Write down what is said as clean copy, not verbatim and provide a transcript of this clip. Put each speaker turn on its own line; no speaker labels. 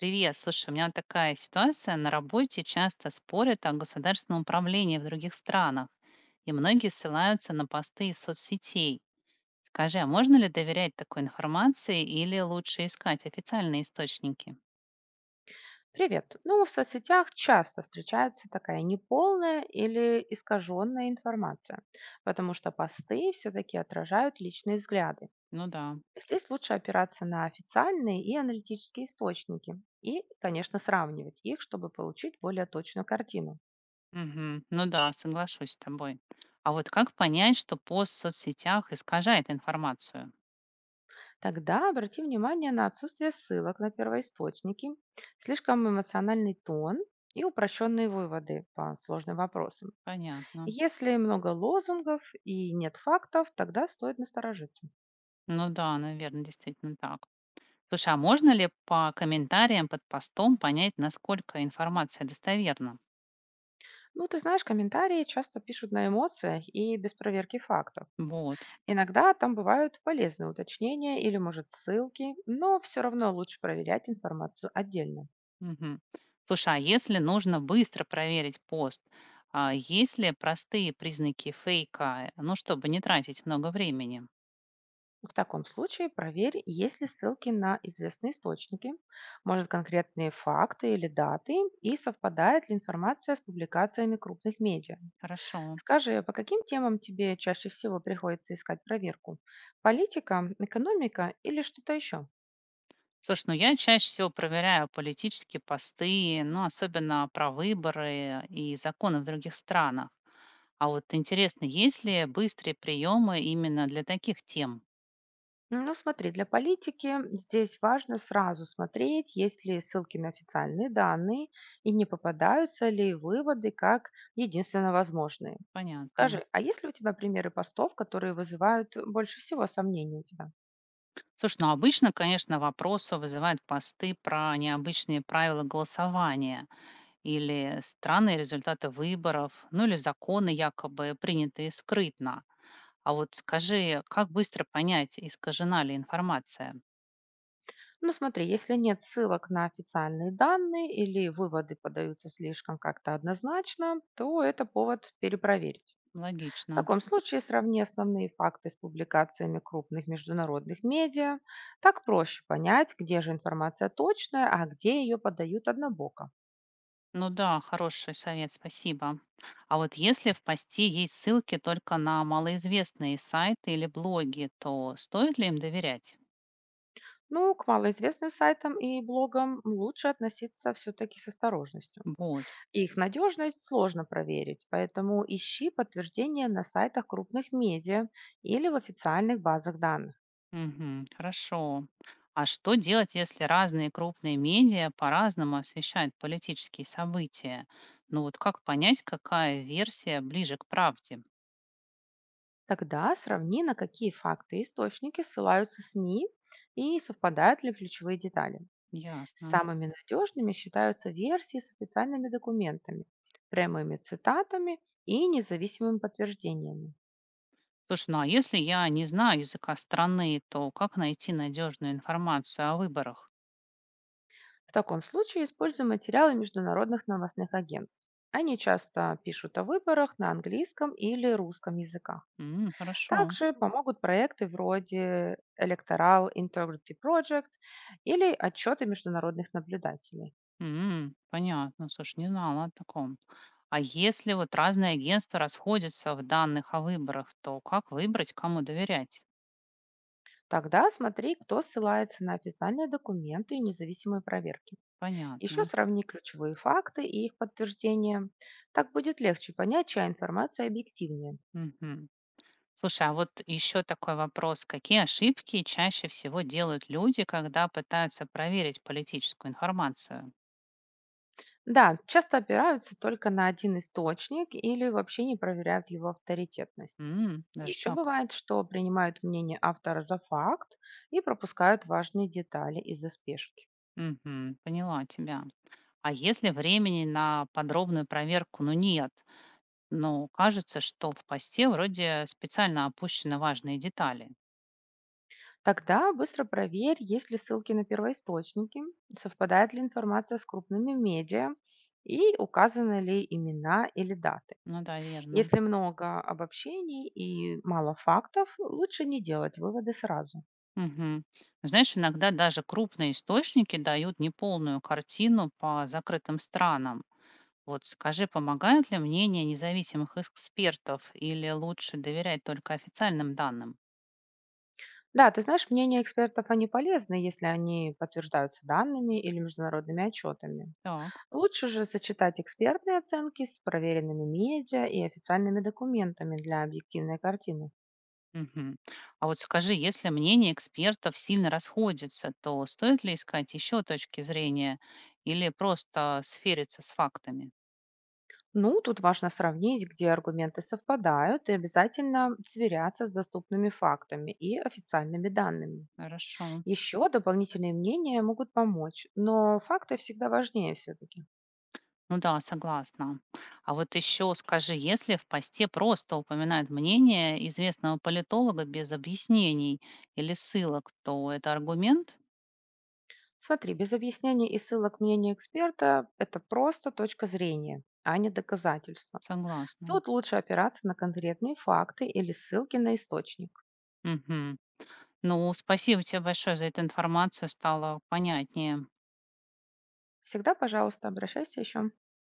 Привет, слушай, у меня вот такая ситуация. На работе часто спорят о государственном управлении в других странах, и многие ссылаются на посты из соцсетей. Скажи, а можно ли доверять такой информации или лучше искать официальные источники?
Привет. Ну, в соцсетях часто встречается такая неполная или искаженная информация, потому что посты все-таки отражают личные взгляды.
Ну да.
Здесь лучше опираться на официальные и аналитические источники и, конечно, сравнивать их, чтобы получить более точную картину.
Мгм. Ну да, соглашусь с тобой. А вот как понять, что пост в соцсетях искажает информацию?
Тогда обрати внимание на отсутствие ссылок на первоисточники, слишком эмоциональный тон и упрощенные выводы по сложным вопросам.
Понятно.
Если много лозунгов и нет фактов, тогда стоит насторожиться.
Ну да, наверное, действительно так. Слушай, а можно ли по комментариям под постом понять, насколько информация достоверна?
Ну, ты знаешь, комментарии часто пишут на эмоциях и без проверки фактов.
Вот.
Иногда там бывают полезные уточнения или, может, ссылки, но все равно лучше проверять информацию отдельно.
Мгм. Слушай, а если нужно быстро проверить пост, а есть ли простые признаки фейка, ну, чтобы не тратить много времени?
В таком случае проверь, есть ли ссылки на известные источники, может, конкретные факты или даты, и совпадает ли информация с публикациями крупных медиа.
Хорошо.
Скажи, а по каким темам тебе чаще всего приходится искать проверку? Политика, экономика или что-то еще?
Слушай, ну я чаще всего проверяю политические посты, ну, особенно про выборы и законы в других странах. А вот интересно, есть ли быстрые приемы именно для таких тем?
Ну, смотри, для политики здесь важно сразу смотреть, есть ли ссылки на официальные данные и не попадаются ли выводы как единственно возможные.
Понятно.
Скажи, а есть ли у тебя примеры постов, которые вызывают больше всего сомнений у тебя?
Слушай, ну обычно, конечно, вопросы вызывают посты про необычные правила голосования или странные результаты выборов, ну или законы, якобы принятые скрытно. А вот скажи, как быстро понять, искажена ли информация?
Ну, смотри, если нет ссылок на официальные данные или выводы подаются слишком как-то однозначно, то это повод перепроверить. В
Логично.
таком случае сравни основные факты с публикациями крупных международных медиа. Так проще понять, где же информация точная, а где ее подают однобоко.
Ну да, хороший совет, спасибо. А вот если в посте есть ссылки только на малоизвестные сайты или блоги, то стоит ли им доверять?
Ну, к малоизвестным сайтам и блогам лучше относиться все-таки с осторожностью.
Вот.
Их надежность сложно проверить, поэтому ищи подтверждение на сайтах крупных медиа или в официальных базах данных.
Мгм. Хорошо. А что делать, если разные крупные медиа по-разному освещают политические события? Ну вот как понять, какая версия ближе к правде?
Тогда сравни, на какие факты и источники ссылаются СМИ и совпадают ли ключевые детали.
Ясно.
Самыми надежными считаются версии с официальными документами, прямыми цитатами и независимыми подтверждениями.
Слушай, ну а если я не знаю языка страны, то как найти надежную информацию о выборах?
В таком случае используем материалы международных новостных агентств. Они часто пишут о выборах на английском или русском языках.
М, хорошо.
Также помогут проекты вроде Electoral Integrity Project или отчеты международных наблюдателей.
М, понятно. Слушай, не знала о таком. А если вот разные агентства расходятся в данных о выборах, то как выбрать, кому доверять?
Тогда смотри, кто ссылается на официальные документы и независимые проверки. Еще
Понятно.
сравни ключевые факты и их подтверждения. Так будет легче понять, чья информация объективнее.
Мгм. Слушай, а вот еще такой вопрос. Какие ошибки чаще всего делают люди, когда пытаются проверить политическую информацию?
Да, часто опираются только на один источник или вообще не проверяют его авторитетность.
М, даже
Еще
так.
бывает, что принимают мнение автора за факт и пропускают важные детали из-за спешки.
Мгм, поняла тебя. А если времени на подробную проверку, ну нет, но кажется, что в посте вроде специально опущены важные детали.
Тогда быстро проверь, есть ли ссылки на первоисточники, совпадает ли информация с крупными медиа и указаны ли имена или даты.
Ну да, верно.
Если много обобщений и мало фактов, лучше не делать выводы сразу.
Мгм. Ну, знаешь, иногда даже крупные источники дают неполную картину по закрытым странам. Вот скажи, помогают ли мнения независимых экспертов или лучше доверять только официальным данным?
Да, ты знаешь, мнения экспертов, они полезны, если они подтверждаются данными или международными отчетами.
Так.
Лучше же сочетать экспертные оценки с проверенными медиа и официальными документами для объективной картины.
Мгм. А вот скажи, если мнение экспертов сильно расходится, то стоит ли искать еще точки зрения или просто сфериться с фактами?
Ну, тут важно сравнить, где аргументы совпадают, и обязательно сверяться с доступными фактами и официальными данными.
Хорошо.
Еще дополнительные мнения могут помочь, но факты всегда важнее все-таки.
Ну да, согласна. А вот еще скажи, если в посте просто упоминают мнение известного политолога без объяснений или ссылок, то это аргумент?
Смотри, без объяснений и ссылок мнения эксперта– это просто точка зрения, а не доказательство.
Согласна.
Тут лучше опираться на конкретные факты или ссылки на источник.
Мгм. Ну, спасибо тебе большое за эту информацию, стало понятнее.
Всегда, пожалуйста, обращайся еще.